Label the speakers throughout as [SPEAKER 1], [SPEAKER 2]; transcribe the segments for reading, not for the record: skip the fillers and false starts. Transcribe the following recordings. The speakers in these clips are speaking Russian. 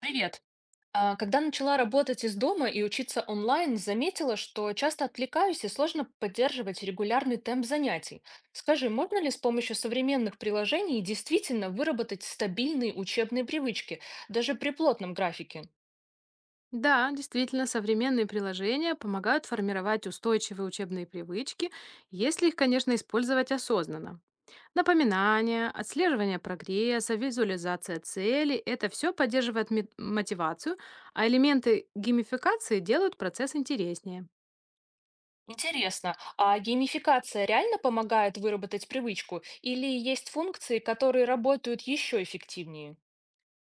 [SPEAKER 1] Привет. Когда начала работать из дома и учиться онлайн, заметила, что часто отвлекаюсь и сложно поддерживать регулярный темп занятий. Скажи, можно ли с помощью современных приложений действительно выработать стабильные учебные привычки, даже при плотном графике?
[SPEAKER 2] Да, действительно, современные приложения помогают формировать устойчивые учебные привычки, если их, конечно, использовать осознанно. Напоминания, отслеживание прогресса, визуализация целей– это все поддерживает мотивацию, а элементы геймификации делают процесс интереснее.
[SPEAKER 1] Интересно, а геймификация реально помогает выработать привычку или есть функции, которые работают еще эффективнее?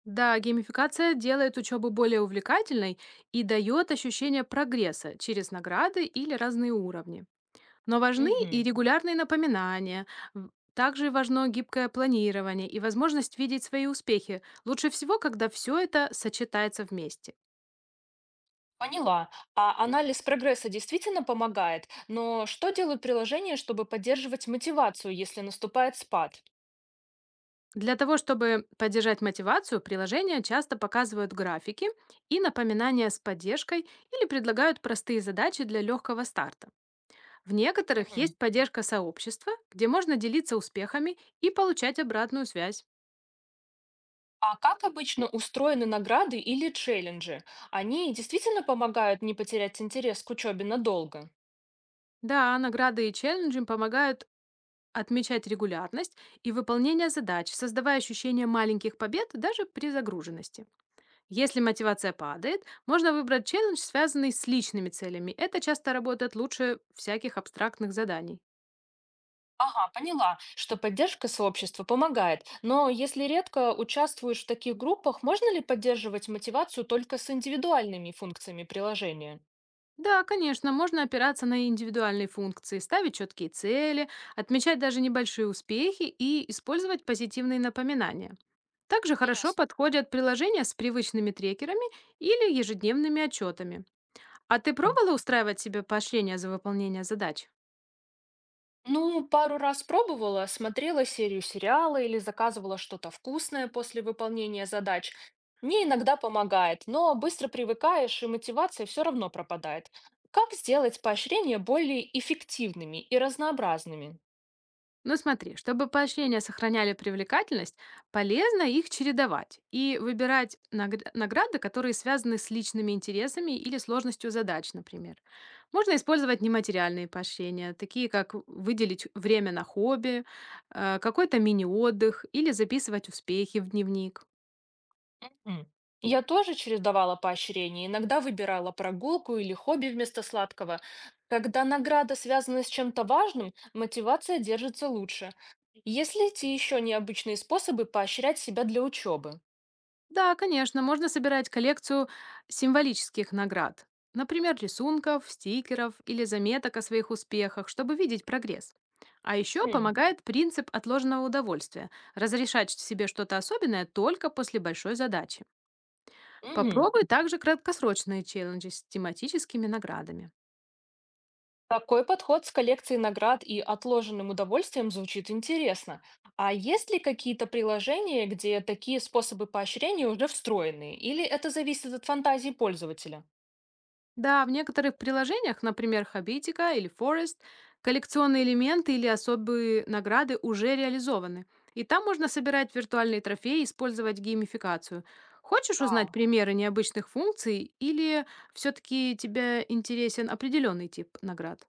[SPEAKER 2] Да, геймификация делает учебу более увлекательной и дает ощущение прогресса через награды или разные уровни. Но важны и
[SPEAKER 1] Мгм.
[SPEAKER 2] регулярные напоминания. Также важно гибкое планирование и возможность видеть свои успехи. Лучше всего, когда все это сочетается вместе.
[SPEAKER 1] Поняла. А анализ прогресса действительно помогает, но что делают приложения, чтобы поддерживать мотивацию, если наступает спад?
[SPEAKER 2] Для того, чтобы поддержать мотивацию, приложения часто показывают графики и напоминания с поддержкой или предлагают простые задачи для легкого старта. В некоторых
[SPEAKER 1] Мгм.
[SPEAKER 2] есть поддержка сообщества, где можно делиться успехами и получать обратную связь.
[SPEAKER 1] А как обычно устроены награды или челленджи? Они действительно помогают не потерять интерес к учебе надолго?
[SPEAKER 2] Да, награды и челленджи помогают отмечать регулярность и выполнение задач, создавая ощущение маленьких побед даже при загруженности. Если мотивация падает, можно выбрать челлендж, связанный с личными целями. Это часто работает лучше всяких абстрактных заданий.
[SPEAKER 1] Ага, поняла, что поддержка сообщества помогает, но если редко участвуешь в таких группах, можно ли поддерживать мотивацию только с индивидуальными функциями приложения?
[SPEAKER 2] Да, конечно, можно опираться на индивидуальные функции, ставить четкие цели, отмечать даже небольшие успехи и использовать позитивные напоминания. Также хорошо
[SPEAKER 1] Интересно.
[SPEAKER 2] подходят приложения с привычными трекерами или ежедневными отчетами. А ты пробовала устраивать себе поощрение за выполнение задач?
[SPEAKER 1] Ну, пару раз пробовала, смотрела серию сериала или заказывала что-то вкусное после выполнения задач. Мне иногда помогает, но быстро привыкаешь, и мотивация все равно пропадает. Как сделать поощрения более эффективными и разнообразными?
[SPEAKER 2] Ну смотри, чтобы поощрения сохраняли привлекательность, полезно их чередовать и выбирать награды, которые связаны с личными интересами или сложностью задач, например. Можно использовать нематериальные поощрения, такие как выделить время на хобби, какой-то мини-отдых или записывать успехи в дневник.
[SPEAKER 1] Мгм. Я тоже чередовала поощрения, иногда выбирала прогулку или хобби вместо сладкого. Когда награда связана с чем-то важным, мотивация держится лучше. Есть ли эти еще необычные способы поощрять себя для учебы?
[SPEAKER 2] Да, конечно, можно собирать коллекцию символических наград. Например, рисунков, стикеров или заметок о своих успехах, чтобы видеть прогресс. А еще
[SPEAKER 1] Хм,
[SPEAKER 2] помогает принцип отложенного удовольствия– разрешать себе что-то особенное только после большой задачи.
[SPEAKER 1] мгм.
[SPEAKER 2] Попробуй также краткосрочные челленджи с тематическими наградами.
[SPEAKER 1] Такой подход с коллекцией наград и отложенным удовольствием звучит интересно. А есть ли какие-то приложения, где такие способы поощрения уже встроены? Или это зависит от фантазии пользователя?
[SPEAKER 2] Да, в некоторых приложениях, например, Хабитика или Forest, коллекционные элементы или особые награды уже реализованы. И там можно собирать виртуальные трофеи и использовать геймификацию. Хочешь узнать
[SPEAKER 1] Вау.
[SPEAKER 2] примеры необычных функций или все-таки тебе интересен определенный тип наград?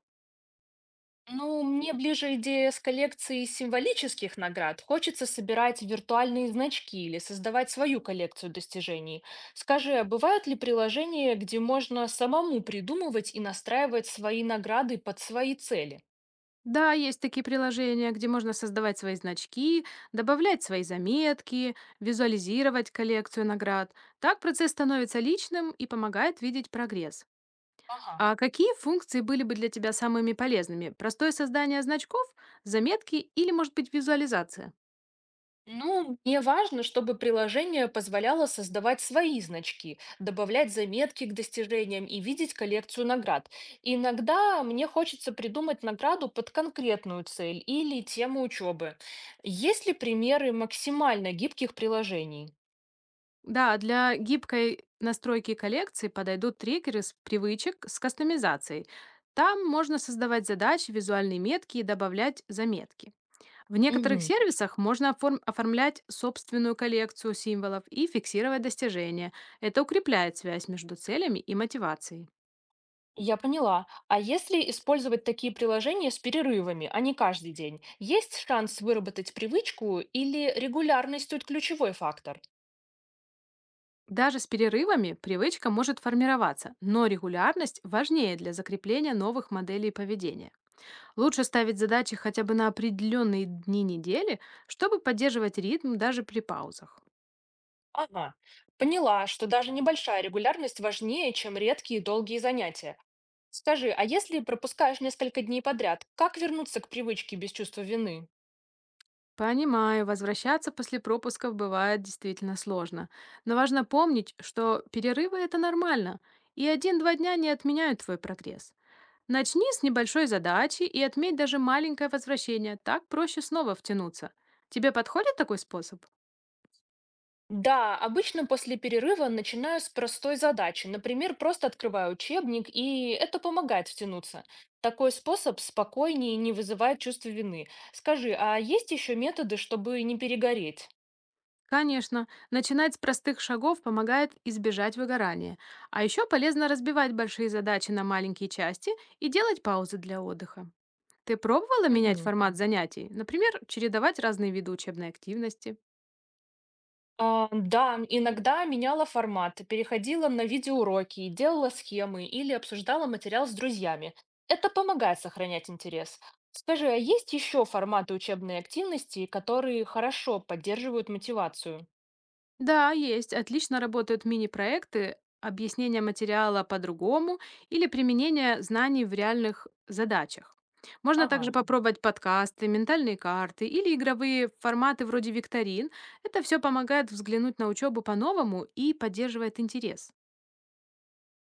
[SPEAKER 1] Ну, мне ближе идея с коллекцией символических наград. Хочется собирать виртуальные значки или создавать свою коллекцию достижений. Скажи, а бывают ли приложения, где можно самому придумывать и настраивать свои награды под свои цели?
[SPEAKER 2] Да, есть такие приложения, где можно создавать свои значки, добавлять свои заметки, визуализировать коллекцию наград. Так процесс становится личным и помогает видеть прогресс.
[SPEAKER 1] Ага.
[SPEAKER 2] А какие функции были бы для тебя самыми полезными? Простое создание значков, заметки или, может быть, визуализация?
[SPEAKER 1] Ну, мне важно, чтобы приложение позволяло создавать свои значки, добавлять заметки к достижениям и видеть коллекцию наград. Иногда мне хочется придумать награду под конкретную цель или тему учебы. Есть ли примеры максимально гибких приложений?
[SPEAKER 2] Да, для гибкой настройки коллекции подойдут трекеры с привычек с кастомизацией. Там можно создавать задачи, визуальные метки и добавлять заметки. В некоторых
[SPEAKER 1] Мгм.
[SPEAKER 2] сервисах можно оформлять собственную коллекцию символов и фиксировать достижения. Это укрепляет связь между целями и мотивацией.
[SPEAKER 1] Я поняла. А если использовать такие приложения с перерывами, а не каждый день, есть шанс выработать привычку или регулярность тут ключевой фактор?
[SPEAKER 2] Даже с перерывами привычка может формироваться, но регулярность важнее для закрепления новых моделей поведения. Лучше ставить задачи хотя бы на определенные дни недели, чтобы поддерживать ритм даже при паузах.
[SPEAKER 1] Ага, поняла, что даже небольшая регулярность важнее, чем редкие и долгие занятия. Скажи, а если пропускаешь несколько дней подряд, как вернуться к привычке без чувства вины?
[SPEAKER 2] Понимаю, возвращаться после пропусков бывает действительно сложно, но важно помнить, что перерывы это нормально, и один-два дня не отменяют твой прогресс. Начни с небольшой задачи и отметь даже маленькое возвращение, так проще снова втянуться. Тебе подходит такой способ?
[SPEAKER 1] Да, обычно после перерыва начинаю с простой задачи. Например, просто открываю учебник, и это помогает втянуться. Такой способ спокойнее и не вызывает чувства вины. Скажи, а есть еще методы, чтобы не перегореть?
[SPEAKER 2] Конечно, начинать с простых шагов помогает избежать выгорания. А еще полезно разбивать большие задачи на маленькие части и делать паузы для отдыха. Ты пробовала менять
[SPEAKER 1] Мгм.
[SPEAKER 2] формат занятий? Например, чередовать разные виды учебной активности?
[SPEAKER 1] Да, иногда меняла формат, переходила на видеоуроки, делала схемы или обсуждала материал с друзьями. Это помогает сохранять интерес. Скажи, а есть еще форматы учебной активности, которые хорошо поддерживают мотивацию?
[SPEAKER 2] Да, есть. Отлично работают мини-проекты, объяснение материала по-другому или применение знаний в реальных задачах. Можно
[SPEAKER 1] Ага.
[SPEAKER 2] также попробовать подкасты, ментальные карты или игровые форматы вроде викторин. Это все помогает взглянуть на учебу по-новому и поддерживает интерес.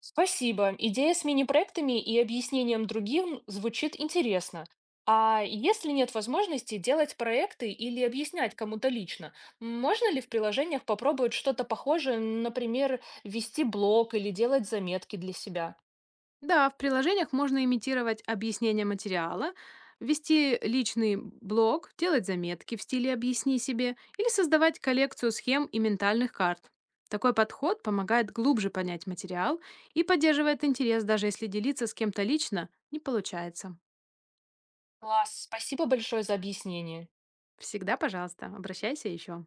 [SPEAKER 1] Спасибо. Идея с мини-проектами и объяснением другим звучит интересно. А если нет возможности делать проекты или объяснять кому-то лично, можно ли в приложениях попробовать что-то похожее, например, вести блог или делать заметки для себя?
[SPEAKER 2] Да, в приложениях можно имитировать объяснение материала, вести личный блог, делать заметки в стиле «объясни себе» или создавать коллекцию схем и ментальных карт. Такой подход помогает глубже понять материал и поддерживает интерес, даже если делиться с кем-то лично не получается.
[SPEAKER 1] Класс, спасибо большое за объяснение.
[SPEAKER 2] Всегда, пожалуйста, обращайся еще.